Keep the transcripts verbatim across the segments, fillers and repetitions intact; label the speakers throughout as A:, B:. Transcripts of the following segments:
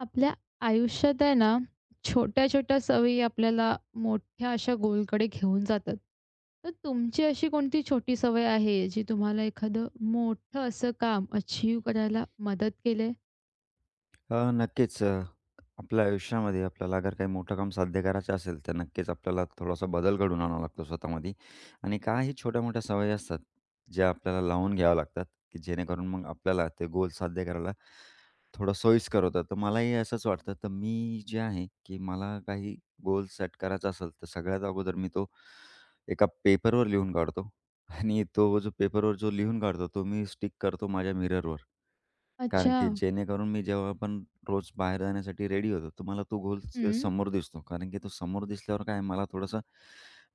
A: आपल्या आयुष्यात आहे ना, छोट्या-छोट्या सवयी आपल्याला मोठ्या अशा गोलकडे घेऊन जातात. तर तुमची अशी कोणती छोटी सवय आहे, जी तुम्हाला एखादं मोठं असं काम अचीव्ह करायला मदत केले?
B: अ, नक्कीच अ, आपल्या आयुष्यामध्ये आपल्याला अगर काही मोठं काम साध्य करायचं असेल तर नक्कीच आपल्याला थोडासा बदल घडवून आणावा लागतो स्वतःमध्ये आणि काही छोट्या मोठ्या सवयी असतात ज्या आपल्याला लावून घ्याव्या लागतात की जेणेकरून मग आपल्याला ते गोल साध्य करायला थोडं सोयीस्कर होतं. तर मलाही असंच वाटतं. तर मी जे आहे की मला काही गोल सेट करायचा असेल तर सगळ्यात अगोदर मी तो एका पेपरवर लिहून काढतो. आणि तो जो पेपरवर जो लिहून काढतो तो मी स्टिक करतो माझ्या मिररवर. कारण
A: अच्छा.
B: की जेणेकरून मी जेव्हा पण रोज बाहेर जाण्यासाठी रेडी होतो, तर मला तो गोल स
A: हं.
B: समोर दिसतो. कारण की तो समोर दिसल्यावर काय मला थोडंसं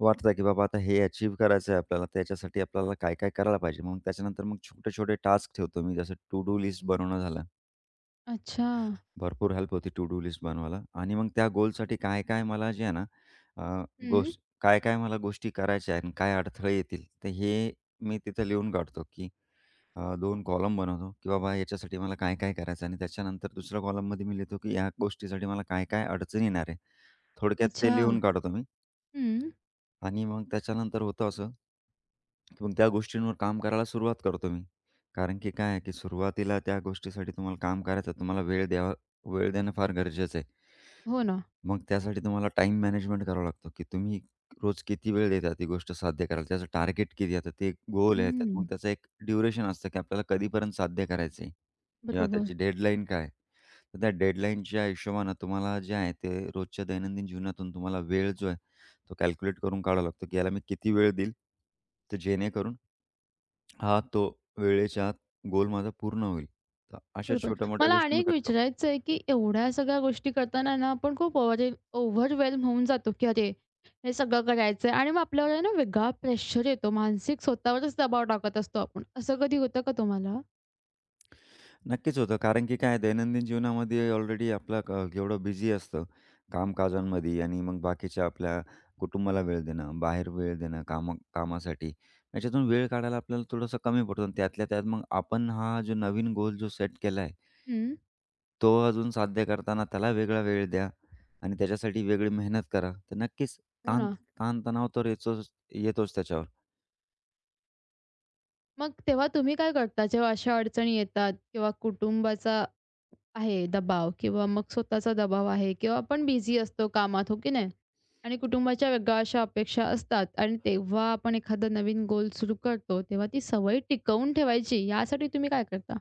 B: वाटतं, की बाबा आता हे अचीव्ह करायचं आहे आपल्याला, त्याच्यासाठी आपल्याला काय-काय करायला पाहिजे. मग त्याच्यानंतर मग छोटे-छोटे टास्क ठेवतो मी. जसं टू डू लिस्ट बनवणं झालं.
A: अच्छा.
B: भरपूर हेल्प होती टू डू लिस्ट बनवायला. आणि मग त्या गोलसाठी काय-काय मला जे आहे ना, अ,
A: हं.
B: गोष्ट काय-काय मला गोष्टी करायच्या आहेत आणि काय अडथळे येतील, तर हे मी तिथं लिहून काढतो, की अ, दोन कॉलम बनवतो, की बाबा याच्यासाठी मला काय-काय करायचं आणि त्याच्यानंतर दुसऱ्या कॉलममध्ये मी लिहितो, की या गोष्टीसाठी मला काय-काय अडचण येणार आहे. थोडक्यात
A: अच्छा.
B: ते लिहून काढतो मी.
A: हं.
B: आणि मग त्याच्यानंतर होतं असं, की मग त्या गोष्टींवर काम करायला सुरुवात करतो मी. कारण की काय आहे, की सुरुवातीला त्या गोष्टीसाठी तुम्हाला काम करायचं, तुम्हाला वेळ द्यावा वेळ देणं फार गरजेचं आहे.
A: हो ना.
B: मग त्यासाठी तुम्हाला टाईम मॅनेजमेंट करावा लागतो, की तुम्ही रोज किती वेळ देता ती गोष्ट साध्य करायला. त्याचं टार्गेट किती आता ते एक गोल आहे. त्यात मग
A: हं.
B: त्याचं एक ड्युरेशन असतं, की आपल्याला कधीपर्यंत साध्य करायचं आहे किंवा
A: बरोबर.
B: त्याची डेडलाईन काय आहे. तर त्या डेडलाईनच्या हिशोबानं तुम्हाला जे आहे ते रोजच्या दैनंदिन जीवनातून तुम्हाला वेळ जो आहे तो कॅल्क्युलेट करून काढावा लागतो, की याला मी किती वेळ देईल, तर जेणेकरून हा तो वेळेच्या आत गोल माझा पूर्ण होईल. तर अशा
A: बरोबर.
B: छोट्या-मोठ्या
A: मला आणि
B: गोष्टी मी
A: एक
B: करतो.
A: विचारायचं आहे, की एवढ्या सगळ्या गोष्टी करताना ना, आपण खूप ओव्हरएल ओव्हरवेल्म होऊन जातो, की अरे, हे सगळं करायचं आणि मग आपल्यावर आहे ना वेगळा प्रेशर येतो. मानसिक स्वतःवरच दबाव टाकत असतो आपण. असं कधी होतं का तुम्हाला?
B: नक्कीच होतं. कारण की काय दैनंदिन जीवनामध्ये ऑलरेडी आपलं क एवढं बिझी असतं कामकाजांमध्ये आणि मग बाकीच्या आपल्या कुटुंबाला वेळ देणं, बाहेर वेळ देणं कामा कामासाठी. याच्यातून वेळ काढायला आपल्याला थोडंसं कमी पडतो आणि त्यातल्या त्यात मग आपण हा जो नवीन गोल जो सेट केला आहे,
A: हं.
B: तो अजून साध्य करताना त्याला वेगळा वेळ द्या आणि त्याच्यासाठी वेगळी मेहनत करा. तर नक्कीच
A: हो
B: ताण
A: ना.
B: ताणतणाव तर येतोच येतोच त्याच्यावर.
A: मग तेव्हा तुम्ही काय करता, जेव्हा अशा अडचणी येतात किंवा कुटुंबाचा आहे दबाव किंवा मग स्वतःचा दबाव आहे किंवा आपण बिझी असतो कामात, हो की नाही? आणि कुटुंबाच्या वेगळ्या अशा अपेक्षा असतात आणि तेव्हा आपण एखादा नवीन गोल सुरू करतो, तेव्हा ती सवय टिकवून ठेवायची यासाठी तुम्ही काय करता?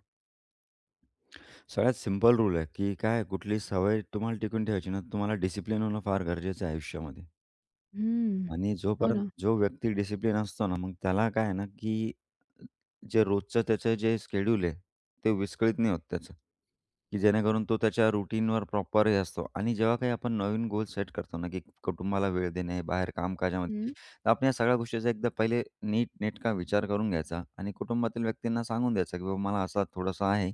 B: सगळ्यात सिंपल रूल आहे, की काय कुठली सवय तुम्हाला टिकून ठेवायची ना, तुम्हाला डिसिप्लिन होणं फार गरजेचं आहे आयुष्यामध्ये.
A: हं.
B: आणि
A: हो
B: जोपर्यंत
A: ना.
B: जो व्यक्ती डिसिप्लिन असतो ना, मग त्याला काय आहे ना, की जे रोजचं त्याचं जे शेड्यूल आहे, ते विस्कळीत नाही होत त्याचं, की जेणेकरून तो त्याच्या रुटीनवर प्रॉपर हे असतो. आणि जेव्हा काही आपण नवीन गोल सेट करतो ना, की कुटुंबाला वेळ देणे, बाहेर कामकाजामध्ये,
A: हं.
B: तर आपण या सगळ्या गोष्टीचा एकदा पहिले नीटनेटका विचार करून घ्यायचा आणि कुटुंबातील व्यक्तींना सांगून द्यायचं, की बाबा मला असा थोडासा आहे,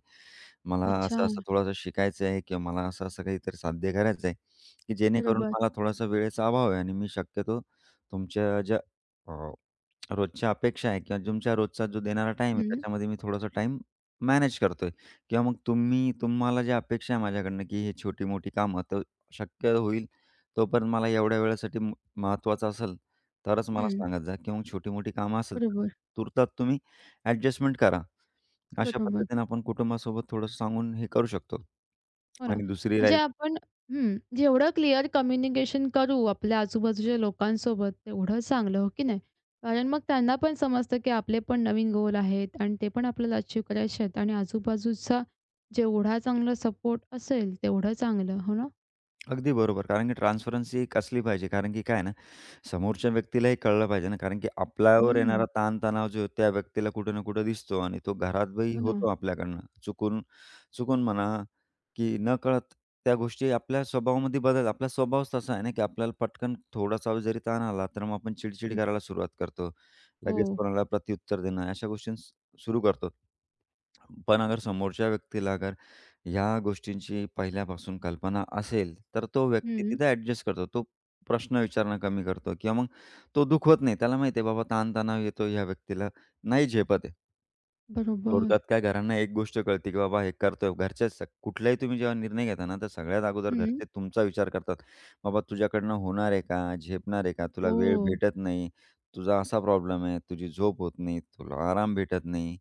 B: मला
A: अच्छा.
B: असं-असं थोडंसं शिकायचं आहे किंवा मला असं-असं काहीतरी साध्य करायचं आहे, की जेणेकरून
A: बरोबर.
B: मला थोडासा वेळेचा अभाव आहे आणि मी शक्यतो तुमच्या ज्या रोजच्या अपेक्षा आहे किंवा तुमच्या रोजचा जो देणारा टाईम आहे,
A: हं,
B: त्याच्यामध्ये मी थोडासा टाईम मॅनेज करतोय किंवा मग तुम्ही तुम्हाला ज्या अपेक्षा आहे माझ्याकडनं, की हे छोटी-मोठी कामं तर शक्य होईल तोपर्यंत मला एवढ्या वेळेसाठी म महत्त्वाचं असेल, तरच मला
A: हं.
B: सांगत जा किंवा मग छोटी-मोठी कामं असेल, तर
A: बरोबर,
B: तुर्तास तुम्ही ॲडजस्टमेंट करा. अशा
A: बरोबर.
B: पद्धतीने आपण कुटुंबासोबत थोडंसं सांगून हे करू शकतो
A: हो ना.
B: आणि दुसरी
A: म्हणजे
B: राहील.
A: आपण हं, जेवढं क्लिअर कम्युनिकेशन करू आपल्या आजूबाजूच्या लोकांसोबत तेवढं चांगलं, हो की नाही? कारण मग त्यांना पण समजतं, की आपले पण नवीन गोल आहेत आणि ते पण आपल्याला अचीव्ह करायचे आहेत आणि आजूबाजूचा जेवढा चांगला सपोर्ट असेल तेवढं चांगलं, हो ना?
B: अगदी बरोबर. कारण की ट्रान्सपरन्सी एक असली पाहिजे. कारण की काय आहे ना, समोरच्या व्यक्तीलाही कळलं पाहिजे ना, कारण की आपल्यावर
A: हं,
B: येणारा ताण-तणाव जो आहे, त्या व्यक्तीला कुठे ना कुठे दिसतो आणि तो घरातही
A: हो ना.
B: होतो आपल्याकडनं. चुकून चुकून म्हणा, की नकळत त्या गोष्टी आपल्या स्वभावामध्ये बदल आपला स्वभावच तसा आहे ना, की आपल्याला पटकन थोडासा जरी ताण आला, तर मग आपण चिडचिड
A: हं,
B: करायला सुरुवात करतो.
A: हो.
B: लगेच कोणाला प्रत्युत्तर देणं, अशा गोष्टी सुरू करतो. पण अगर समोरच्या व्यक्तीला अगर ह्या गोष्टींची पहिल्यापासून कल्पना असेल, तर तो व्यक्ती
A: हं,
B: तिथे ॲडजस्ट करतो. तो प्रश्न विचारणं कमी करतो किंवा मग तो दुखवत नाही. त्याला माहिती आहे बाबा ताण-तणाव येतो, ह्या व्यक्तीला नाही झेपत आहे.
A: बरोबर.
B: थोडक्यात काय घरांना एक गोष्ट कळते, की बाबा हे करतोय. घरचे स कुठलाही तुम्ही जेव्हा निर्णय घेता ना, तर सगळ्यात अगोदर
A: हं,
B: घरचे तुमचा विचार करतात. बाबा तुझ्याकडनं होणार आहे का? झेपणार आहे का? तुला वेळ
A: हो,
B: भेटत नाही. तुझा असा प्रॉब्लेम आहे. तुझी झोप होत नाही. तुला आराम भेटत नाही.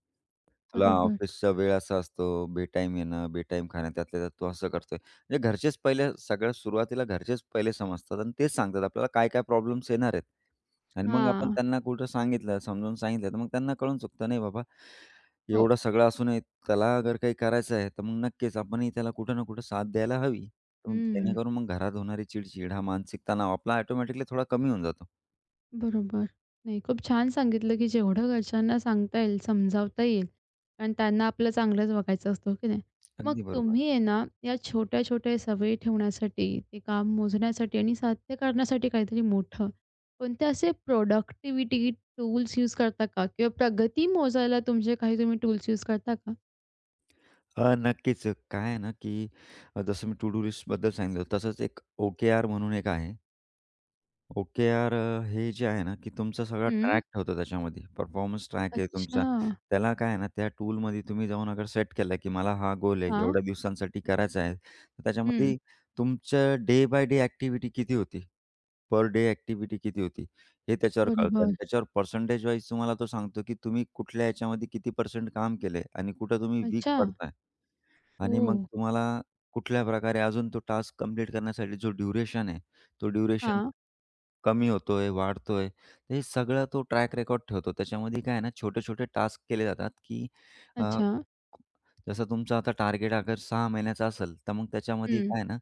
B: तुला
A: बरोबर.
B: ऑफिसचा वेळ असा असतो, बेटाईम येणं, बेटाईम खाणं, त्यातल्या त्यात तू असं करतोय. म्हणजे घरचेच पहिले सगळ्यात सुरुवातीला घरचेच पहिले समजतात आणि तेच सांगतात आपल्याला काय, काय प्रॉब्लेम्स येणार आहेत. आणि मग आपण
A: हां,
B: त्यांना कुठं सांगितलं, समजावून सांगितलं, तर मग त्यांना कळून चुकतं, नाही बाबा,
A: हो.
B: एवढं सगळं असूनही त्याला अगर काही करायचं आहे, तर मग नक्कीच आपणही त्याला कुठं ना कुठं साथ द्यायला हवी. तर मग
A: हं.
B: जेणेकरून मग घरात होणारी चिड हा मानसिक तणाव आपला ऑटोमॅटिकली थोडा कमी होऊन जातो.
A: बरोबर. नाही, खूप छान सांगितलं, की जेवढं घरच्यांना सांगता येईल, समजावता येईल आणि त्यांना आपलं चांगलंच बघायचं असतं, हो की नाही? मग
B: अगदी बरोबर.
A: तुम्ही आहे ना, या छोट्या-छोट्या सवयी ठेवण्यासाठी, ते काम मोजण्यासाठी आणि साध्य करण्यासाठी काहीतरी मोठं, कोणते असे प्रोडक्टिव्हिटी टूल्स यूज करता का? किंवा प्रगती मोजायला तुमचे काही तुम्ही टूल्स यूज करता का?
B: अ, नक्कीच. काय आहे ना, की अ, जसं मी टू डू लिस्टबद्दल सांगितलं, तसंच एक ओकेआर म्हणून एक आहे. ओकेआर अ, हे जे आहे ना, की तुमचा सगळा
A: हं.
B: ट्रॅक ठेवतो त्याच्यामध्ये. परफॉर्मन्स ट्रॅक आहे
A: अच्छा.
B: तुमचा. त्याला काय आहे ना, त्या टूलमध्ये तुम्ही जाऊन अगर सेट केला, की मला हा गोल आहे,
A: हां.
B: एवढ्या दिवसांसाठी करायचा आहे. तर
A: हं.
B: त्याच्यामध्ये तुमच्या डे बाय डे ॲक्टिव्हिटी किती होती, पर डे ॲक्टिव्हिटी किती होती, हे त्याच्यावर कळतं आणि
A: बरोबर.
B: त्याच्यावर पर्सेंटेज वाईज तुम्हाला तो सांगतो, की तुम्ही कुठल्या याच्यामध्ये किती पर्सेंट काम केलंय आणि कुठं तुम्ही वीक
A: अच्छा.
B: पडताय. आणि
A: ओह!
B: मग तुम्हाला कुठल्या प्रकारे अजून तो टास्क कंप्लीट करण्यासाठी जो ड्युरेशन आहे, तो ड्युरेशन
A: हां.
B: कमी होतोय, वाढतोय. तर हे सगळं तो ट्रॅक रेकॉर्ड ठेवतो. त्याच्यामध्ये काय आहे ना, छोटे-छोटे टास्क केले जातात, की अ,
A: अच्छा.
B: जसं तुमचं आता टार्गेट अगर सहा महिन्याचा असेल, तर मग त्याच्यामध्ये
A: हं.
B: काय आहे ना,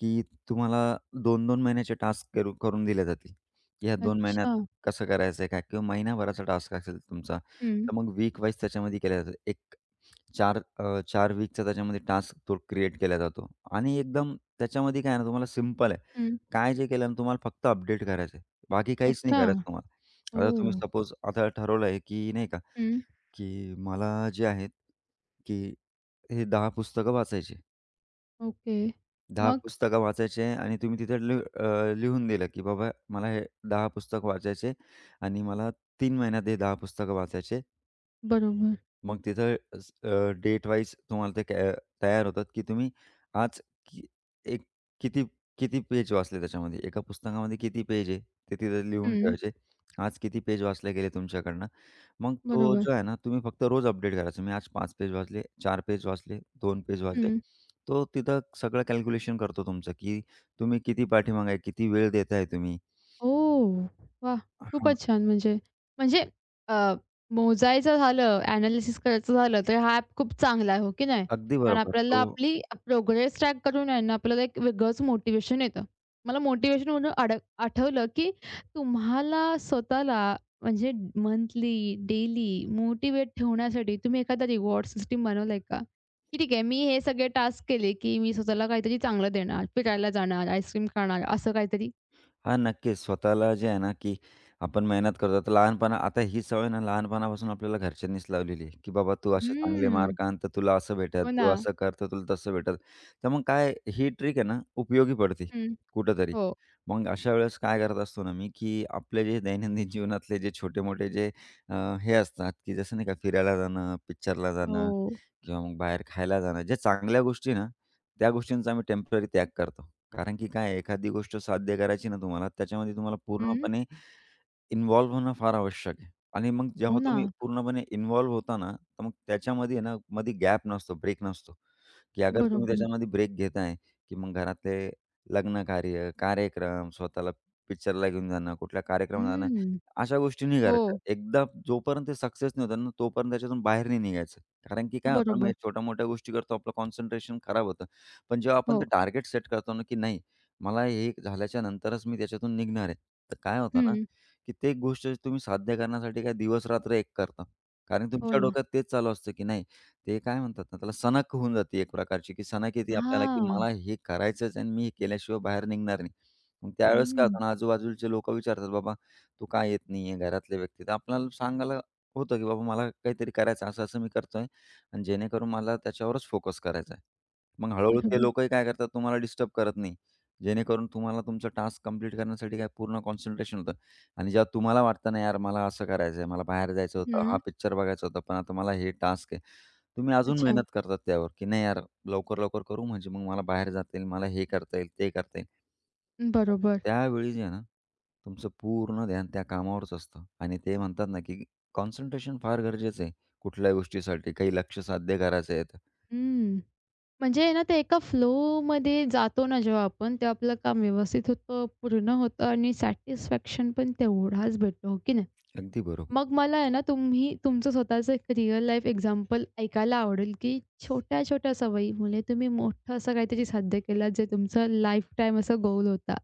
B: की तुम्हाला दोन दोन महिन्याचे टास्क करू करून दिले जातील, की ह्या दोन महिन्यात
A: अच्छा.
B: कसं करायचं आहे काय? किंवा महिनाभराचा टास्क असेल तुमचा,
A: हं.
B: तर मग वीक वाईज त्याच्यामध्ये केला जातो. एक चार अ, चार वीकचा त्याच्यामध्ये टास्क तो क्रिएट केला जातो आणि एकदम त्याच्यामध्ये काय आहे ना, तुम्हाला सिंपल आहे.
A: हं.
B: काय जे केलं ना, तुम्हाला फक्त अपडेट करायचं आहे. बाकी काहीच नाही
A: अच्छा.
B: करायचं तुम्हाला.
A: ओ,
B: आता तुम्ही सपोज आता ठरवलं आहे, की नाही का,
A: हं.
B: की मला जे आहेत, की हे दहा पुस्तकं वाचायची.
A: ओके.
B: दहा
A: मग?
B: पुस्तकं वाचायची आणि तुम्ही तिथे लि अ, लिहून दिलं, की बाबा मला हे दहा पुस्तक वाचायचे आणि मला तीन महिन्यात हे दहा पुस्तकं वाचायचे.
A: बरोबर.
B: मग तिथं स अ, डेट वाईज तुम्हाला ते कॅ तयार होतात, की तुम्ही आज की एक किती किती पेज वाचले त्याच्यामध्ये, एका पुस्तकामध्ये किती पेज आहे, ते तिथं लिहून
A: हं.
B: ठेवायचे. आज किती पेज वाचले गेले तुमच्याकडनं. मग तो
A: बरोबर.
B: जो आहे ना, तुम्ही फक्त रोज अपडेट करायचा. मी आज पाच पेज वाचले, चार पेज वाचले, दोन पेज वाचले.
A: हं.
B: तो तिथं सगळं कॅल्क्युलेशन करतो तुमचं, की तुम्ही किती पाठीमागे आहे, किती वेळ देताय तुम्ही.
A: ओह! वाह!
B: हां,
A: खूपच छान. म्हणजे म्हणजे अ, मोजायचं झालं, एनालिसिस करायचं झालं, तर हा ॲप खूप चांगला आहे, हो की नाही?
B: अगदी
A: कारण
B: बरोबर.
A: आपल्याला
B: तो
A: आपली प्रोग्रेस ट्रॅक करून आहे ना, आपल्याला एक वेगळंच मोटिवेशन येतं. मला मोटिव्हेशन म्हणून आड आठवलं, की तुम्हाला स्वतःला म्हणजे मंथली, डेली मोटिव्हेट ठेवण्यासाठी तुम्ही एखादा रिवॉर्ड सिस्टम बनवलाय का? की ठीक आहे, मी हे सगळे टास्क केले, की मी स्वतःला काहीतरी चांगलं देणार, फिरायला जाणार, आईस्क्रीम खाणार, असं काहीतरी?
B: हां, नक्कीच. स्वतःला जे आहे ना, की आपण मेहनत करतो. तर लहानपणा आता ही सवय ना लहानपणापासून आपल्याला घरच्यांनीच लावलेली आहे, की बाबा तू असे चांगले
A: हम्म.
B: मार्क आण, तर तुला असं भेटेल.
A: हो ना.
B: तू असं कर, तर तुला तसं भेटेल. तर मग काय ही ट्रिक आहे ना, उपयोगी पडते
A: हं.
B: कुठेतरी.
A: हो.
B: मग अशा वेळेस काय करत असतो ना मी, की आपले जे दैनंदिन जीवनातले जे छोटे-मोठे जे अ, हे असतात, की जसं नाही का फिरायला जाणं, पिक्चरला
A: हो.
B: जाणं किंवा मग बाहेर खायला जाणं. ज्या चांगल्या गोष्टी ना, त्या गोष्टींचा आम्ही टेम्पररी त्याग करतो. कारण की काय आहे, एखादी गोष्ट साध्य करायची ना तुम्हाला, त्याच्यामध्ये तुम्हाला
A: हं.
B: पूर्णपणे इन्व्हॉल्व होणं फार आवश्यक आहे आणि मग
A: हो
B: जेव्हा
A: ना.
B: तुम्ही पूर्णपणे इन्व्हॉल्व होता ना, तर मग त्याच्यामध्ये आहे ना, मध्ये गॅप नसतो, ब्रेक नसतो, की अगर तुम्ही
A: बरोबर.
B: त्याच्यामध्ये ब्रेक घेताय, की मग घरातले लग्नकार्य, कार्यक्रम, स्वतःला पिक्चरला घेऊन जाणं, कुठल्या कार्यक्रमाला जाणं,
A: हं.
B: अशा गोष्टी नाही करायच्या.
A: हो.
B: एकदा जोपर्यंत ते सक्सेस नाही होत ना, तोपर्यंत त्याच्यातून बाहेर नाही निघायचं. कारण की काय होतं ना, मग या
A: बरोबर.
B: छोट्या-मोठ्या गोष्टी करतो, आपलं कॉन्सन्ट्रेशन खराब होतं. पण जेव्हा आपण ते
A: हो.
B: टार्गेट सेट करतो ना, की नाही, मला हे झाल्याच्या नंतरच मी त्याच्यातून निघणार आहे. तर काय होतं ना
A: हं.
B: कित्येक गोष्ट तुम्ही साध्य करण्यासाठी काय दिवस-रात्र एक करता. कारण
A: हो
B: तुमच्या
A: ना.
B: डोक्यात तेच चालू असतं, की नाही ते काय म्हणतात ना त्याला सनक होऊन जाते एक प्रकारची, की सनक येते आपल्याला, की
A: हां.
B: मला हे करायचंच आणि मी हे केल्याशिवाय बाहेर निघणार नाही. मग त्यावेळेस काय
A: हं.
B: होतं ना आजूबाजूचे लोकं विचारतात, "बाबा तू का येत नाहीये?" घरातले व्यक्ती. तर आपल्याला सांगायला होतं, की "बाबा मला काहीतरी करायचं आहे, असं-असं मी करतोय आणि जेणेकरून मला त्याच्यावरच फोकस करायचा आहे." मग हळू-हळू ते
A: बरोबर.
B: लोकही काय करतात तुम्हाला डिस्टर्ब करत नाही. जेणेकरून तुम्हाला तुमचा टास्क कंप्लीट करण्यासाठी काय पूर्ण कॉन्सन्ट्रेशन होतं. आणि जेव्हा तुम्हाला वाटतं ना, यार मला असं करायचंय, मला बाहेर जायचं होतं, हा
A: हं.
B: पिक्चर बघायचा होता, पण आता मला हे टास्क आहे. तुम्ही अजून
A: अच्छा.
B: मेहनत करतात त्यावर, की नाही यार लवकर-लवकर करू म्हणजे मग मला बाहेर जाता येईल, मला हे करता येईल, ते करता येईल.
A: बरोबर.
B: त्यावेळी जे आहे ना, तुमचं पूर्ण ध्यान त्या कामावरच असतं आणि ते म्हणतात ना, की कॉन्सन्ट्रेशन फार गरजेचं आहे कुठल्याही गोष्टीसाठी. काही लक्ष्य साध्य करायचं आहे तर.
A: हं. म्हणजे आहे ना ते एका फ्लोमध्ये जातो ना जेव्हा आपण, तेव्हा आपलं काम व्यवस्थित होतं, पूर्ण होतं आणि सॅटिस्फॅक्शन पण तेवढाच भेटतो, हो की नाही?
B: अगदी बरोबर.
A: मग मला आहे ना, तुम्ही तुमचं स्वतःचं एक रिअल लाईफ एक्झाम्पल ऐकायला आवडेल, की छोट्या-छोट्या सवयीमुळे तुम्ही मोठं असं काहीतरी साध्य केलं, जे तुमचं लाईफटाईम असा गोल होता?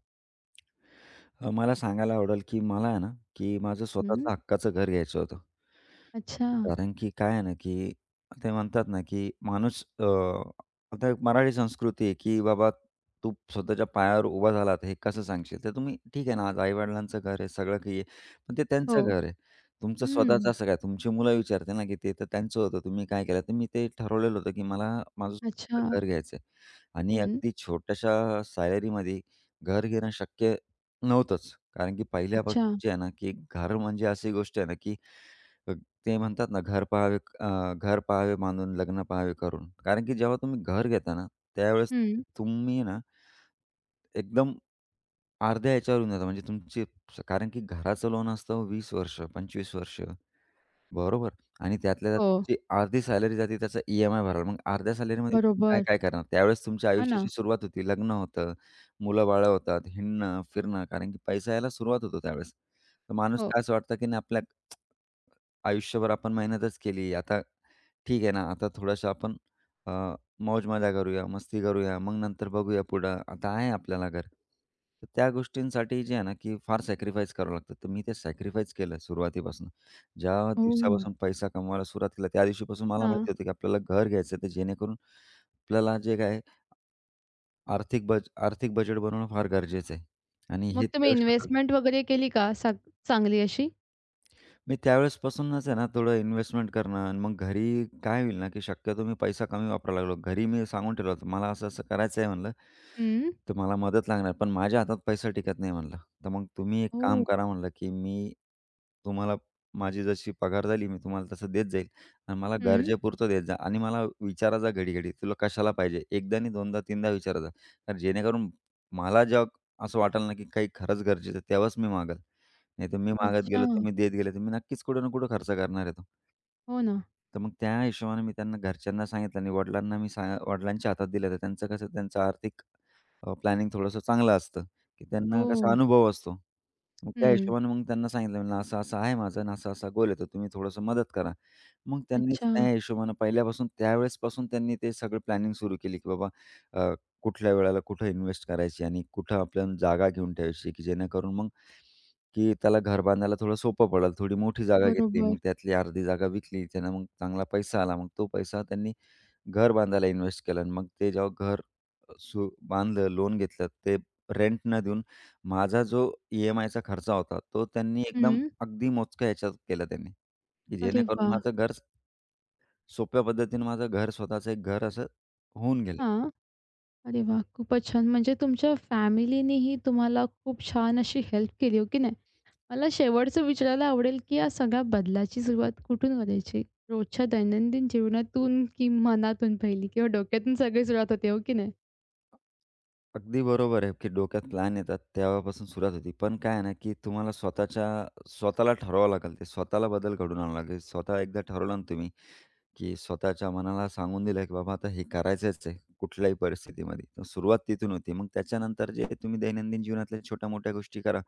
B: अ, मला सांगायला आवडेल, की मला आहे ना, की माझं
A: हं,
B: स्वतःचं हक्काचं घर घ्यायचं होतं.
A: अच्छा.
B: कारण की काय आहे ना, की ते म्हणतात ना, की माणूस अ, आता एक मराठी संस्कृती आहे, की बाबा तू स्वतःच्या पायावर उभा झालात हे कसं सांगशील? तर तुम्ही ठीक आहे ना, आज आई-वडिलांचं घर आहे, सगळं काही आहे. पण ते
A: हो.
B: त्यांचं घर आहे. तुमचं स्वतःचं
A: हं,
B: असं काय? तुमची मुलं विचारतील ना, की "ते तर त्यांचं होतं, तुम्ही काय केलं?" तर मी ते ठरवलेलं होतं, की मला माझं
A: अच्छा.
B: स्वतःचं घर घ्यायचं आणि
A: हं,
B: अगदी छोट्याशा सॅलरीमध्ये घर घेणं शक्य नव्हतंच. कारण की
A: अच्छा.
B: पहिल्यापासून जे आहे ना, की घर म्हणजे अशी गोष्ट आहे ना, की ते म्हणतात ना, घर पहावे अ, घर पहावे मानून लग्न पहावे करून. कारण की जेव्हा तुम्ही घर घेता ना, त्यावेळेस
A: हं,
B: तुम्ही ना, एकदम अर्ध्या ह्याच्यावर येऊन जाता. म्हणजे तुमची कारण की घराचं लोन असतं वीस वर्ष, पंचवीस वर्ष, बरोबर? आणि त्यातल्या त्यात
A: हो.
B: तुमची अर्धी सॅलरी जाते त्याचा ई-एम-आय भरायला. मग अर्ध्या सॅलरीमध्ये तुम्ही काय,
A: बरोबर.
B: काय करणार? त्यावेळेस तुमच्या
A: हा ना.
B: आयुष्याची सुरुवात होती. लग्न होतं, मुलं-बाळं होतात, हिंडणं, फिरणं कारण की पैसा यायला सुरुवात होतो त्यावेळेस. तर माणूस
A: हो.
B: काय असं वाटतं की नाही आपल्या आयुष्यभर आपण मेहनतच केली. आता ठीक आहे ना, आता थोडंसं आपण अ, मौज-मजा करूया, मस्ती करूया, मग नंतर बघूया पुढं. आता आहे आपल्याला घर. तर त्या गोष्टींसाठी जे आहे ना, की फार सॅक्रिफाईस करावं लागतं. तर मी ते सॅक्रिफाईस केलं सुरुवातीपासून. ज्या
A: हो
B: दिवसापासून पैसा कमवायला सुरुवात केली, त्या दिवशीपासून मला
A: हां.
B: माहिती होतं, की आपल्याला घर घ्यायचं आहे. तर जेणेकरून आपल्याला जे काय आर्थिक बज आर्थिक बजेट बनवणं फार गरजेचं आहे आणि
A: मग
B: हे
A: तुम्ही
B: त्यावेळेस मला
A: इन्व्हेस्टमेंट वगैरे केली का साग चांगली अशी?
B: मी त्यावेळेसपासूनच आहे ना थोडं इन्व्हेस्टमेंट करणं आणि मग घरी काय होईल ना, की शक्यतो मी पैसा कमी वापरायला लागलो. घरी मी सांगून ठेवलं होतं, "मला असं-असं करायचं आहे" म्हणलं,
A: हं.
B: "तर मला मदत लागणार, पण माझ्या हातात पैसा टिकत नाही" म्हणलं. "तर मग तुम्ही एक काम
A: ओह!
B: करा" म्हणलं, "की मी तुम्हाला माझी जशी पगार झाली, मी तुम्हाला तसं देत जाईल आणि मला
A: हं.
B: गरजेपुरतं देत जा आणि मला विचारा जा घडी-घडी, तुला कशाला पाहिजे? एकदा नाही, दोनदा, तीनदा विचारा जा. कारण जेणेकरून मला जेव्हा असं वाटेल ना, की काही खरंच गरजेचं आहे, तेव्हाच मी मागेल." नाही तर मी मागत
A: अच्छा.
B: गेलो, तुम्ही देत गेले, तर मी नक्कीच कुठं ना कुठं खर्च करणार आहे तो.
A: हो ना.
B: तर मग त्या हिशोबाने मी त्यांना घरच्यांना सांगितलं आणि वडिलांना मी सांग वडिलांच्या हातात दिलं. तर त्यांचं कसं त्यांचं आर्थिक अ, प्लॅनिंग थोडंसं चांगलं असतं, की त्यांना कसा
A: हो.
B: अनुभव असतो. मग त्या
A: हं.
B: हिशोबाने मग त्यांना सांगितलं, म्हणलं असं-असं आहे माझं आणि असा-असा गोल आहे, तर तुम्ही थोडंसं मदत करा. मग त्यांनीच
A: अच्छा.
B: त्या हिशोबानं पहिल्यापासून त्यावेळेसपासून त्यांनी ते सगळं प्लॅनिंग सुरू केली, की बाबा अ, कुठल्या वेळेला कुठं इन्व्हेस्ट करायची आणि कुठं आपण जागा घेऊन ठेवायची, की जेणेकरून मग की त्याला घर बांधायला थोडं सोपं पडेल. थोडी मोठी जागा हं. घेतली,
A: बरोबर.
B: मग त्यातली अर्धी जागा विकली. त्यानं मग चांगला पैसा आला. मग तो पैसा त्यांनी घर बांधायला इन्व्हेस्ट केला आणि मग ते जेव्हा घर अ, सु बांधलं, लोन घेतलं, ते रेंट न देऊन माझा जो ई-एम-आयचा खर्च होता, तो त्यांनी एकदम
A: हं.
B: अगदी मोजक्या ह्याच्यात केला त्यांनी, की
A: अरे
B: जेणेकरून
A: वाह!
B: माझं घर सोप्या पद्धतीने माझं घर स्वतःचं एक घर असं होऊन गेलं.
A: हां. अरे वाह! खूपच छान. म्हणजे तुमच्या फॅमिलीनेही तुम्हाला खूप छान अशी हेल्प केली, हो की नाही? मला शेवटचं विचारायला आवडेल, की या सगळ्या बदलाची सुरुवात कुठून करायची? रोजच्या दैनंदिन जीवनातून की मनातून पहिली किंवा डोक्यातून सगळी सुरुवात होते, हो की नाही?
B: अगदी बरोबर आहे, की डोक्यात प्लॅन येतात तेव्हापासून सुरुवात होती. पण काय आहे ना, की तुम्हाला स्वतःच्या स्वतःला ठरवावं लागेल. ते स्वतःला बदल घडवून आणावा लागेल. स्वतः एकदा ठरवलं ना तुम्ही, की स्वतःच्या मनाला सांगून दिलं, की बाबा आता हे करायचंच आहे कुठल्याही परिस्थितीमध्ये. तर सुरुवात तिथून होती. मग त्याच्यानंतर जे तुम्ही दैनंदिन जीवनातल्या छोट्या-मोठ्या गोष्टी करा,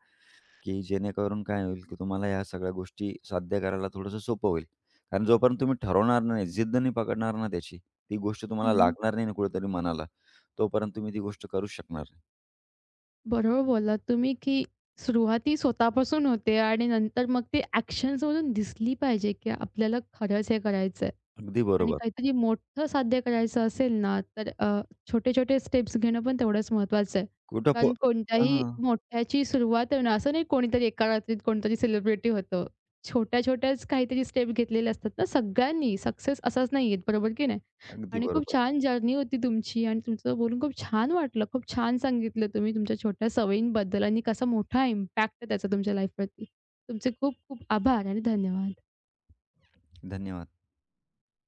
B: की जेणेकरून काय होईल, की तुम्हाला ह्या सगळ्या गोष्टी साध्य करायला थोडंसं सोपं होईल. कारण जोपर्यंत तुम्ही ठरवणार नाही, जिद्द नाही पकडणार ना त्याची, ती गोष्ट तुम्हाला
A: हं.
B: लागणार नाही ना कुठेतरी मनाला, तोपर्यंत तुम्ही ती गोष्ट करूच शकणार नाही.
A: बरोबर बोललात तुम्ही, की सुरुवात ही स्वतःपासून होते आणि नंतर मग ते ॲक्शन्समधून दिसली पाहिजे, की आपल्याला खरंच हे करायचं आहे.
B: अगदी
A: आणि
B: बरोबर.
A: काहीतरी मोठं साध्य करायचं असेल ना, तर अ, छोटे-छोटे स्टेप्स घेणं पण तेवढंच महत्त्वाचं आहे.
B: कुठं प
A: कारण कोणत्याही
B: हां.
A: मोठ्याची सुरुवात आहे ना, असं नाही कोणीतरी एका रात्रीत कोणतरी सेलिब्रिटी होतं. छोट्या-छोट्याच काहीतरी स्टेप घेतलेले असतात ना सगळ्यांनी. सक्सेस असाच नाही येत, बरोबर की नाही?
B: अगदी
A: आणि खूप
B: बरोबर.
A: छान जर्नी होती तुमची आणि तुमचं बोलून खूप छान वाटलं. खूप छान सांगितलं तुम्ही तुमच्या छोट्या सवयींबद्दल आणि कसा मोठा इम्पॅक्ट आहे त्याचा तुमच्या लाईफवरती. तुमचे खूप खूप आभार आणि धन्यवाद.
B: धन्यवाद.